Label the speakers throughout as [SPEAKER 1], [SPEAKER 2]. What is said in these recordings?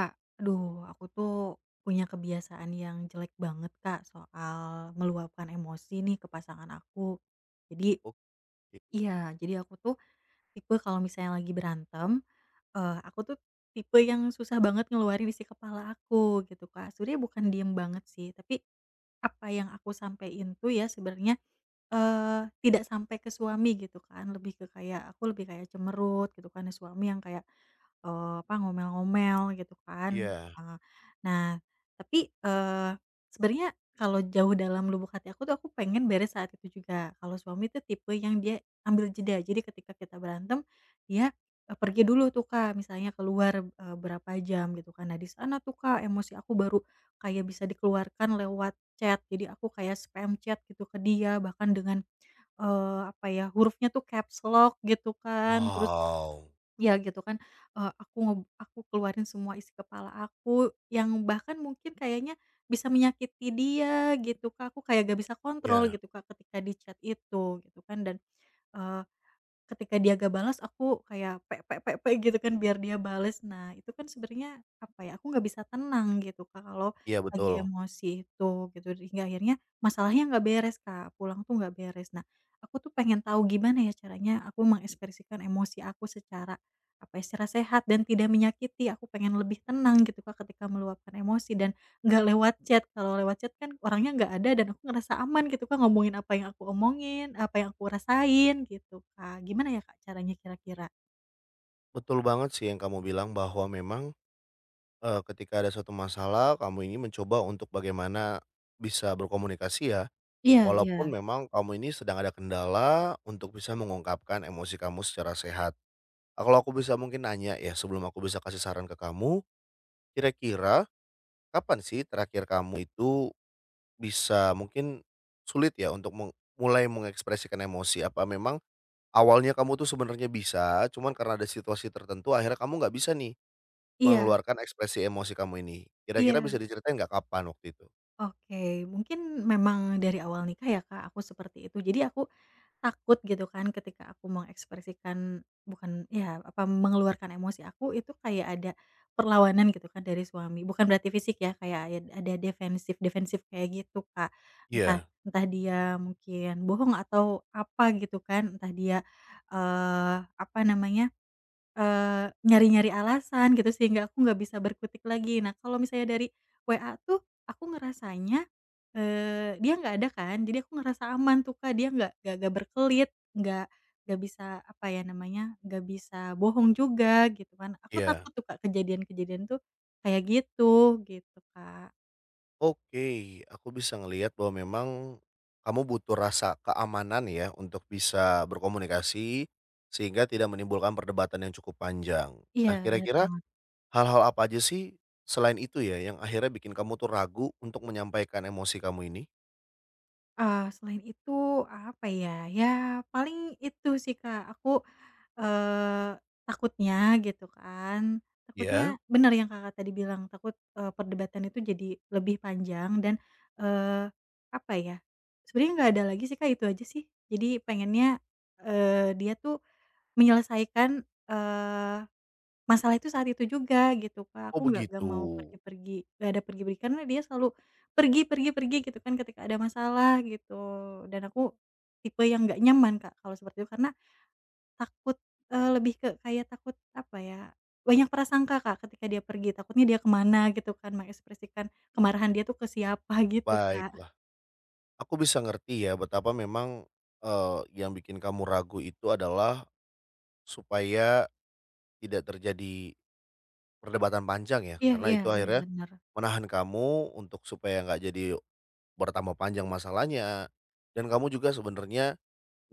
[SPEAKER 1] Kak, aduh aku tuh punya kebiasaan yang jelek banget Kak, soal meluapkan emosi nih ke pasangan aku. Jadi,
[SPEAKER 2] Oke,
[SPEAKER 1] iya, jadi aku tuh tipe kalau misalnya lagi berantem, aku tuh tipe yang susah banget ngeluarin isi kepala aku gitu Kak. Sebenarnya bukan diem banget sih, tapi apa yang aku sampein tuh ya sebenarnya tidak sampai ke suami gitu kan, lebih ke kayak aku lebih kayak cemerut gitu kan, ya suami yang kayak, apa, ngomel-ngomel gitu kan,
[SPEAKER 2] iya.
[SPEAKER 1] eee, nah tapi, sebenarnya kalau jauh dalam lubuk hati aku tuh aku pengen beres saat itu juga, kalau suami tuh tipe yang dia ambil jeda, jadi ketika kita berantem dia, pergi dulu tuh Kak, misalnya keluar, berapa jam gitu kan, nah di sana tuh Kak emosi aku baru kayak bisa dikeluarkan lewat chat, jadi aku kayak spam chat gitu ke dia, bahkan dengan, apa ya, hurufnya tuh caps lock gitu kan, terus
[SPEAKER 2] Wow.
[SPEAKER 1] ya gitu kan, eee, aku nge aku keluarin semua isi kepala aku, yang bahkan mungkin kayaknya bisa menyakiti dia gitu, Kak, aku kayak gak bisa kontrol
[SPEAKER 2] Iya
[SPEAKER 1] gitu, Kak, ketika di chat itu gitu kan dan, ketika dia nggak balas aku kayak pe pe pe pe gitu kan biar dia bales. Nah itu kan sebenarnya apa ya, aku nggak bisa tenang gitu Kak kalau
[SPEAKER 2] iya,
[SPEAKER 1] lagi
[SPEAKER 2] betul.
[SPEAKER 1] emosi itu gitu, hingga akhirnya masalahnya nggak beres Kak, pulang tuh nggak beres. Nah aku tuh pengen tahu gimana ya caranya aku mengekspresikan emosi aku secara apa ya, secara sehat dan tidak menyakiti. Aku pengen lebih tenang gitu Kak ketika meluapkan emosi dan nggak lewat chat, kalau lewat chat kan orangnya nggak ada dan aku ngerasa aman gitu, Kak, ngomongin apa yang aku omongin, apa yang aku rasain gitu, Kak. Gimana ya, Kak, caranya kira-kira?
[SPEAKER 2] Betul banget sih yang kamu bilang bahwa memang, ketika ada suatu masalah kamu ini mencoba untuk bagaimana bisa berkomunikasi ya,
[SPEAKER 1] Iya,
[SPEAKER 2] walaupun
[SPEAKER 1] iya.
[SPEAKER 2] memang kamu ini sedang ada kendala untuk bisa mengungkapkan emosi kamu secara sehat. Ah, kalau aku bisa mungkin nanya ya sebelum aku bisa kasih saran ke kamu, kira-kira kapan sih terakhir kamu itu bisa mungkin sulit ya untuk mulai mengekspresikan emosi? Apa memang awalnya kamu tuh sebenarnya bisa, cuman karena ada situasi tertentu akhirnya kamu nggak bisa nih
[SPEAKER 1] Iya,
[SPEAKER 2] mengeluarkan ekspresi emosi kamu ini. Kira-kira
[SPEAKER 1] iya,
[SPEAKER 2] bisa diceritain nggak kapan waktu itu?
[SPEAKER 1] oke. Mungkin memang dari awal nikah ya, Kak, aku seperti itu. Jadi aku takut gitu kan ketika aku mengekspresikan bukan ya apa, mengeluarkan emosi aku itu kayak ada perlawanan gitu kan dari suami. Bukan berarti fisik ya, kayak ada defensif defensif kayak gitu, Kak. Entah
[SPEAKER 2] Iya
[SPEAKER 1] entah dia mungkin bohong atau apa gitu kan, entah dia, apa namanya nyari-nyari alasan gitu sehingga aku nggak bisa berkutik lagi. Nah kalau misalnya dari WA tuh aku ngerasanya, dia nggak ada kan jadi aku ngerasa aman tuh Kak dia nggak berkelit, nggak bisa apa ya namanya, nggak bisa bohong juga gitu kan. Aku
[SPEAKER 2] iya.
[SPEAKER 1] takut tuh Kak kejadian-kejadian tuh kayak gitu, gitu Kak.
[SPEAKER 2] Oke, aku bisa ngelihat bahwa memang kamu butuh rasa keamanan ya untuk bisa berkomunikasi sehingga tidak menimbulkan perdebatan yang cukup panjang.
[SPEAKER 1] Iya
[SPEAKER 2] Nah,
[SPEAKER 1] bener
[SPEAKER 2] kira-kira
[SPEAKER 1] banget.
[SPEAKER 2] hal-hal apa aja sih selain itu ya yang akhirnya bikin kamu tuh ragu untuk menyampaikan emosi kamu ini?
[SPEAKER 1] Selain itu apa ya, ya paling itu sih Kak aku Eee, takutnya gitu kan,
[SPEAKER 2] Ya?
[SPEAKER 1] takutnya bener yang Kakak tadi bilang takut, perdebatan itu jadi lebih panjang dan, eee, apa ya, sebenernya nggak ada lagi sih Kak, itu aja sih. Jadi pengennya, dia tuh menyelesaikan, eee, masalah itu saat itu juga gitu Kak,
[SPEAKER 2] Oh,
[SPEAKER 1] aku nggak
[SPEAKER 2] begitu.
[SPEAKER 1] mau pergi-pergi, nggak ada pergi-pergi karena dia selalu pergi pergi pergi gitu kan ketika ada masalah gitu dan aku tipe yang nggak nyaman Kak, kalau seperti itu karena takut, lebih ke kayak takut apa ya, banyak prasangka Kak ketika dia pergi, takutnya dia ke mana gitu kan, mengekspresikan kemarahan dia tuh ke siapa gitu Kak.
[SPEAKER 2] Baiklah. Aku bisa ngerti ya betapa memang, yang bikin kamu ragu itu adalah supaya tidak terjadi perdebatan panjang ya,
[SPEAKER 1] Iya,
[SPEAKER 2] karena
[SPEAKER 1] iya,
[SPEAKER 2] itu
[SPEAKER 1] iya,
[SPEAKER 2] akhirnya
[SPEAKER 1] bener.
[SPEAKER 2] menahan kamu untuk supaya nggak jadi bertambah panjang masalahnya, dan kamu juga sebenarnya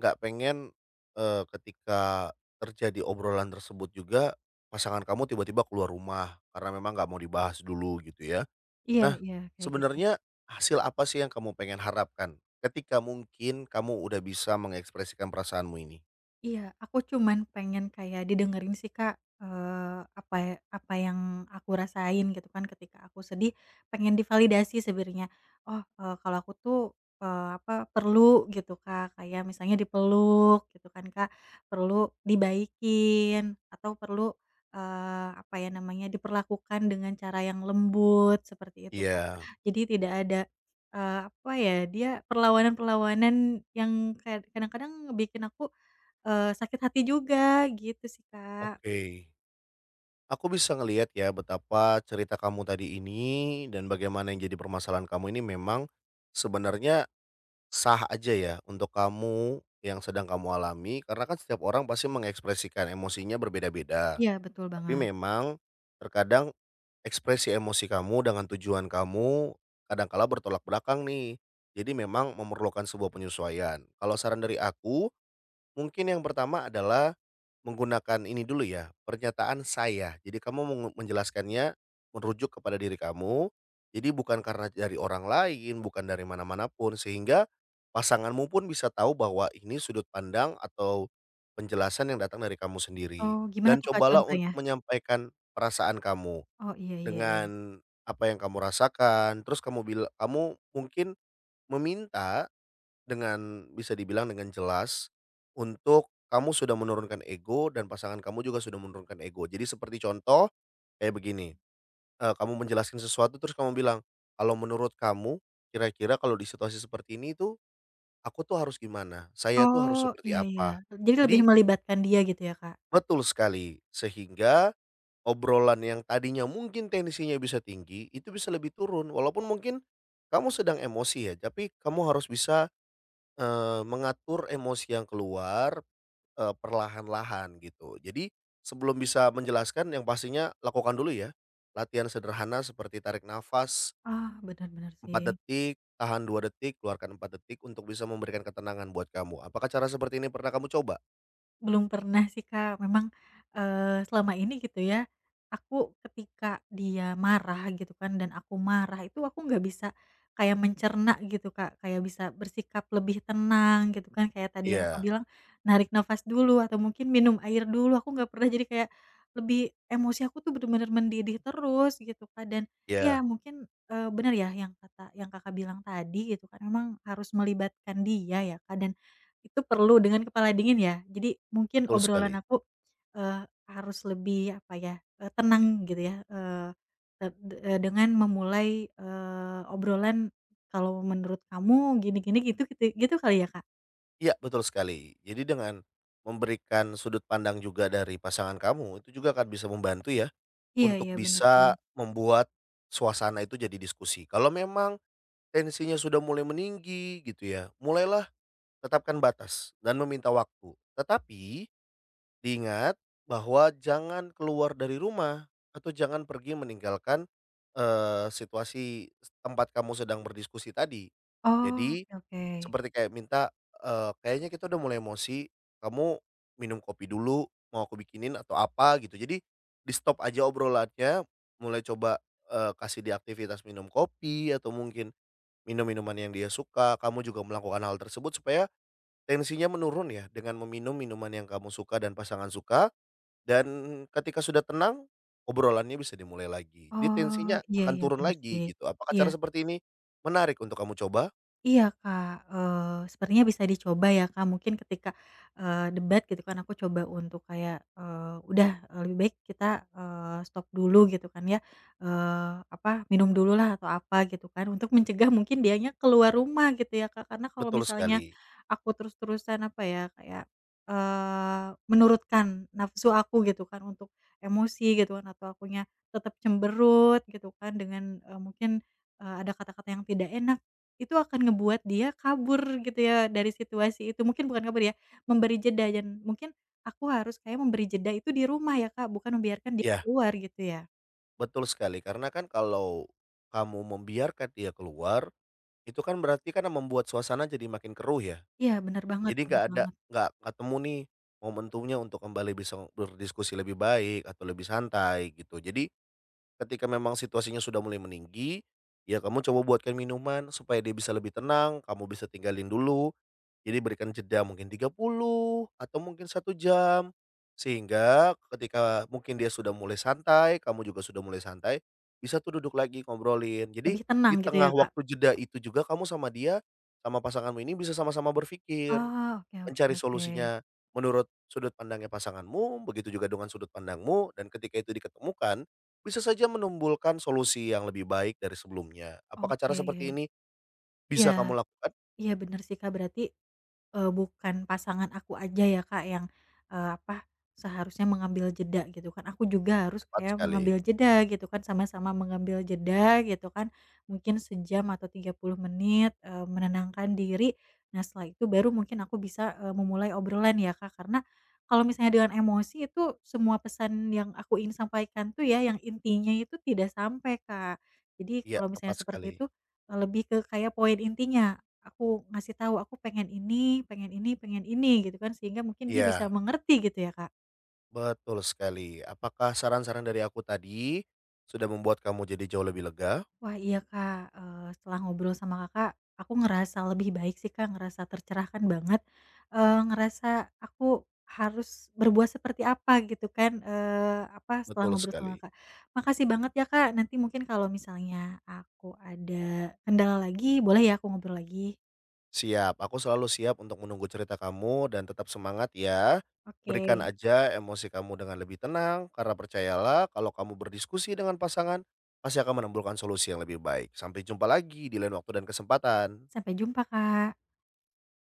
[SPEAKER 2] nggak pengen, ketika terjadi obrolan tersebut juga pasangan kamu tiba-tiba keluar rumah karena memang nggak mau dibahas dulu gitu ya.
[SPEAKER 1] Iya,
[SPEAKER 2] Nah,
[SPEAKER 1] iya, kayak gitu.
[SPEAKER 2] sebenarnya hasil apa sih yang kamu pengen harapkan ketika mungkin kamu udah bisa mengekspresikan perasaanmu ini?
[SPEAKER 1] Iya, aku cuman pengen kayak didengerin sih, Kak, apa ya apa yang aku rasain gitu kan ketika aku sedih, pengen divalidasi sebenarnya. Oh, kalau aku tuh, apa, perlu gitu, Kak, kayak misalnya dipeluk gitu kan, Kak, perlu dibaikin atau perlu, apa ya namanya, diperlakukan dengan cara yang lembut seperti itu, Kak.
[SPEAKER 2] Iya,
[SPEAKER 1] Jadi tidak ada, apa ya, dia perlawanan-perlawanan yang kadang-kadang bikin aku sakit hati juga, gitu sih, Kak.
[SPEAKER 2] oke. Aku bisa ngelihat ya betapa cerita kamu tadi ini dan bagaimana yang jadi permasalahan kamu ini memang sebenarnya sah aja ya untuk kamu yang sedang kamu alami karena kan setiap orang pasti mengekspresikan emosinya berbeda-beda.
[SPEAKER 1] Iya, betul
[SPEAKER 2] Tapi
[SPEAKER 1] banget.
[SPEAKER 2] memang terkadang ekspresi emosi kamu dengan tujuan kamu kadangkala bertolak belakang nih. Jadi memang memerlukan sebuah penyesuaian. Kalau saran dari aku, mungkin yang pertama adalah menggunakan ini dulu ya, pernyataan saya. Jadi kamu menjelaskannya merujuk kepada diri kamu. Jadi bukan karena dari orang lain, bukan dari mana-mana pun sehingga pasanganmu pun bisa tahu bahwa ini sudut pandang atau penjelasan yang datang dari kamu sendiri.
[SPEAKER 1] Oh, gimana
[SPEAKER 2] Dan
[SPEAKER 1] tuh, Kak,
[SPEAKER 2] cobalah
[SPEAKER 1] contohnya?
[SPEAKER 2] untuk menyampaikan perasaan kamu.
[SPEAKER 1] Oh, iya, iya, iya.
[SPEAKER 2] Dengan apa yang kamu rasakan, terus kamu bilang kamu mungkin meminta dengan bisa dibilang dengan jelas untuk kamu sudah menurunkan ego dan pasangan kamu juga sudah menurunkan ego. Jadi seperti contoh kayak begini, kamu menjelaskan sesuatu terus kamu bilang, "Kalau menurut kamu kira-kira kalau di situasi seperti ini tuh aku tuh harus gimana? Saya tuh harus
[SPEAKER 1] Oh,
[SPEAKER 2] seperti
[SPEAKER 1] iya, iya.
[SPEAKER 2] apa?"
[SPEAKER 1] Jadi lebih
[SPEAKER 2] Jadi
[SPEAKER 1] melibatkan dia gitu ya, Kak?
[SPEAKER 2] betul sekali, sehingga obrolan yang tadinya mungkin tensinya bisa tinggi, itu bisa lebih turun walaupun mungkin kamu sedang emosi ya, tapi kamu harus bisa, mengatur emosi yang keluar, perlahan-lahan gitu. Jadi sebelum bisa menjelaskan yang pastinya lakukan dulu ya, latihan sederhana seperti tarik nafas
[SPEAKER 1] Ah, bener bener
[SPEAKER 2] 4
[SPEAKER 1] sih.
[SPEAKER 2] detik, tahan 2 detik, keluarkan 4 detik untuk bisa memberikan ketenangan buat kamu. Apakah cara seperti ini pernah kamu coba?
[SPEAKER 1] Belum pernah sih, Kak. Memang, selama ini gitu ya, aku ketika dia marah gitu kan dan aku marah itu aku nggak bisa kayak mencerna gitu, Kak, kayak bisa bersikap lebih tenang gitu kan, kayak tadi yang Kakak
[SPEAKER 2] Iya
[SPEAKER 1] bilang, narik nafas dulu atau mungkin minum air dulu, aku nggak pernah. Jadi kayak lebih emosi aku tuh bener-bener mendidih terus gitu, Kak, dan ya
[SPEAKER 2] iya,
[SPEAKER 1] mungkin, bener ya yang kata yang Kakak bilang tadi gitu kan, memang harus melibatkan dia ya, Kak, dan itu perlu dengan kepala dingin ya. Jadi mungkin
[SPEAKER 2] betul
[SPEAKER 1] obrolan
[SPEAKER 2] sekali.
[SPEAKER 1] aku, eee, harus lebih apa ya, tenang gitu ya, dengan memulai, obrolan, "Kalau menurut kamu gini gini," gitu gitu gitu kali ya, Kak?
[SPEAKER 2] Iya, betul sekali. Jadi dengan memberikan sudut pandang juga dari pasangan kamu, itu juga akan bisa membantu ya,
[SPEAKER 1] Iya,
[SPEAKER 2] untuk
[SPEAKER 1] iya, benar sih.
[SPEAKER 2] bisa membuat suasana itu jadi diskusi. Kalau memang tensinya sudah mulai meninggi gitu ya, mulailah tetapkan batas dan meminta waktu. Tetapi diingat bahwa jangan keluar dari rumah atau jangan pergi meninggalkan eh, situasi tempat kamu sedang berdiskusi tadi.
[SPEAKER 1] Oh,
[SPEAKER 2] Jadi
[SPEAKER 1] oke, oke. Mhm.
[SPEAKER 2] seperti kayak minta, "Kayaknya kita udah mulai emosi, kamu minum kopi dulu, mau aku bikinin atau apa," gitu. Jadi di-stop aja obrolannya, mulai coba, kasih dia aktivitas minum kopi atau mungkin minum minuman yang dia suka, kamu juga melakukan hal tersebut supaya tensinya menurun ya dengan meminum minuman yang kamu suka dan pasangan suka, dan ketika sudah tenang, obrolannya bisa dimulai lagi. Jadi
[SPEAKER 1] Oh,
[SPEAKER 2] tensinya
[SPEAKER 1] iya,
[SPEAKER 2] akan
[SPEAKER 1] iya,
[SPEAKER 2] turun
[SPEAKER 1] benar
[SPEAKER 2] lagi
[SPEAKER 1] sih.
[SPEAKER 2] gitu. Apakah
[SPEAKER 1] Iya.
[SPEAKER 2] cara seperti ini menarik untuk kamu coba?
[SPEAKER 1] Iya Kak, sepertinya bisa dicoba ya Kak, mungkin ketika, debat gitu kan aku coba untuk kayak, udah, lebih baik kita, stop dulu gitu kan ya, apa, minum dululah atau apa gitu kan untuk mencegah mungkin dianya keluar rumah gitu ya Kak, karena kalau
[SPEAKER 2] Betul
[SPEAKER 1] misalnya
[SPEAKER 2] sekali.
[SPEAKER 1] aku terus-terusan apa ya, kayak, menurutkan nafsu aku gitu kan untuk emosi gitu kan atau akunya tetap cemberut gitu kan dengan, mungkin, ada kata-kata yang tidak enak itu akan ngebuat dia kabur gitu ya dari situasi itu, mungkin bukan kabur ya, memberi jeda dan mungkin aku harus kayak memberi jeda itu di rumah ya, Kak, bukan membiarkan dia
[SPEAKER 2] Iya.
[SPEAKER 1] keluar gitu ya?
[SPEAKER 2] Betul sekali, karena kan kalau kamu membiarkan dia keluar, itu kan berarti kan membuat suasana jadi makin keruh ya.
[SPEAKER 1] Iya
[SPEAKER 2] Jadi
[SPEAKER 1] bener banget,
[SPEAKER 2] nggak ketemu nih momentumnya untuk kembali bisa berdiskusi lebih baik atau lebih santai gitu. Jadi ketika memang situasinya sudah mulai meninggi, ya kamu coba buatkan minuman supaya dia bisa lebih tenang, kamu bisa tinggalin dulu jadi berikan jeda mungkin 30 atau mungkin 1 jam, sehingga ketika mungkin dia sudah mulai santai, kamu juga sudah mulai santai, bisa tuh duduk lagi ngobrolin. Jadi
[SPEAKER 1] lebih tenang
[SPEAKER 2] di
[SPEAKER 1] gitu
[SPEAKER 2] tengah
[SPEAKER 1] ya, Kak?
[SPEAKER 2] waktu jeda itu juga kamu sama dia, sama pasanganmu ini bisa sama-sama berpikir,
[SPEAKER 1] Oh, oke, oke,
[SPEAKER 2] mencari
[SPEAKER 1] oke.
[SPEAKER 2] solusinya menurut sudut pandangnya pasanganmu, begitu juga dengan sudut pandangmu, dan ketika itu diketemukan, bisa saja menimbulkan solusi yang lebih baik dari sebelumnya. Apakah cara
[SPEAKER 1] Oke.
[SPEAKER 2] seperti ini bisa
[SPEAKER 1] Iya,
[SPEAKER 2] kamu lakukan?
[SPEAKER 1] iya bener sih, Kak, berarti bukan pasangan aku aja ya Kak yang, apa, seharusnya mengambil jeda gitu kan, aku juga harus
[SPEAKER 2] Tepat
[SPEAKER 1] kayak
[SPEAKER 2] sekali.
[SPEAKER 1] mengambil jeda gitu kan, sama-sama mengambil jeda gitu kan, mungkin sejam atau 30 menit, menenangkan diri. Nah setelah itu baru mungkin aku bisa, memulai obrolan ya Kak, karena kalau misalnya dengan emosi itu semua pesan yang aku ingin sampaikan tuh ya, yang intinya itu tidak sampai Kak. Jadi
[SPEAKER 2] Iya,
[SPEAKER 1] kalau
[SPEAKER 2] tepat
[SPEAKER 1] misalnya
[SPEAKER 2] sekali.
[SPEAKER 1] seperti itu, lebih ke kayak poin intinya aku ngasih tahu, "Aku pengen ini pengen ini pengen ini," gitu kan, sehingga mungkin dia bisa
[SPEAKER 2] Iya,
[SPEAKER 1] mengerti gitu ya, Kak.
[SPEAKER 2] betul sekali. Apakah saran-saran dari aku tadi sudah membuat kamu jadi jauh lebih lega?
[SPEAKER 1] Wah iya, Kak, setelah ngobrol sama Kakak, aku ngerasa lebih baik sih, Kak, ngerasa tercerahkan banget, ngerasa aku harus berbuat seperti apa gitu kan, apa, setelah
[SPEAKER 2] Betul
[SPEAKER 1] ngobrol
[SPEAKER 2] sekali.
[SPEAKER 1] sama Kakak. Makasih banget ya, Kak, nanti mungkin kalau misalnya aku ada kendala lagi, boleh ya aku ngobrol lagi?
[SPEAKER 2] Siap, aku selalu siap untuk menunggu cerita kamu dan tetap semangat ya.
[SPEAKER 1] Oke,
[SPEAKER 2] Berikan aja emosi kamu dengan lebih tenang, karena percayalah kalau kamu berdiskusi dengan pasangan, pasti akan menimbulkan solusi yang lebih baik. Sampai jumpa lagi di lain waktu dan kesempatan.
[SPEAKER 1] sampai jumpa, Kak.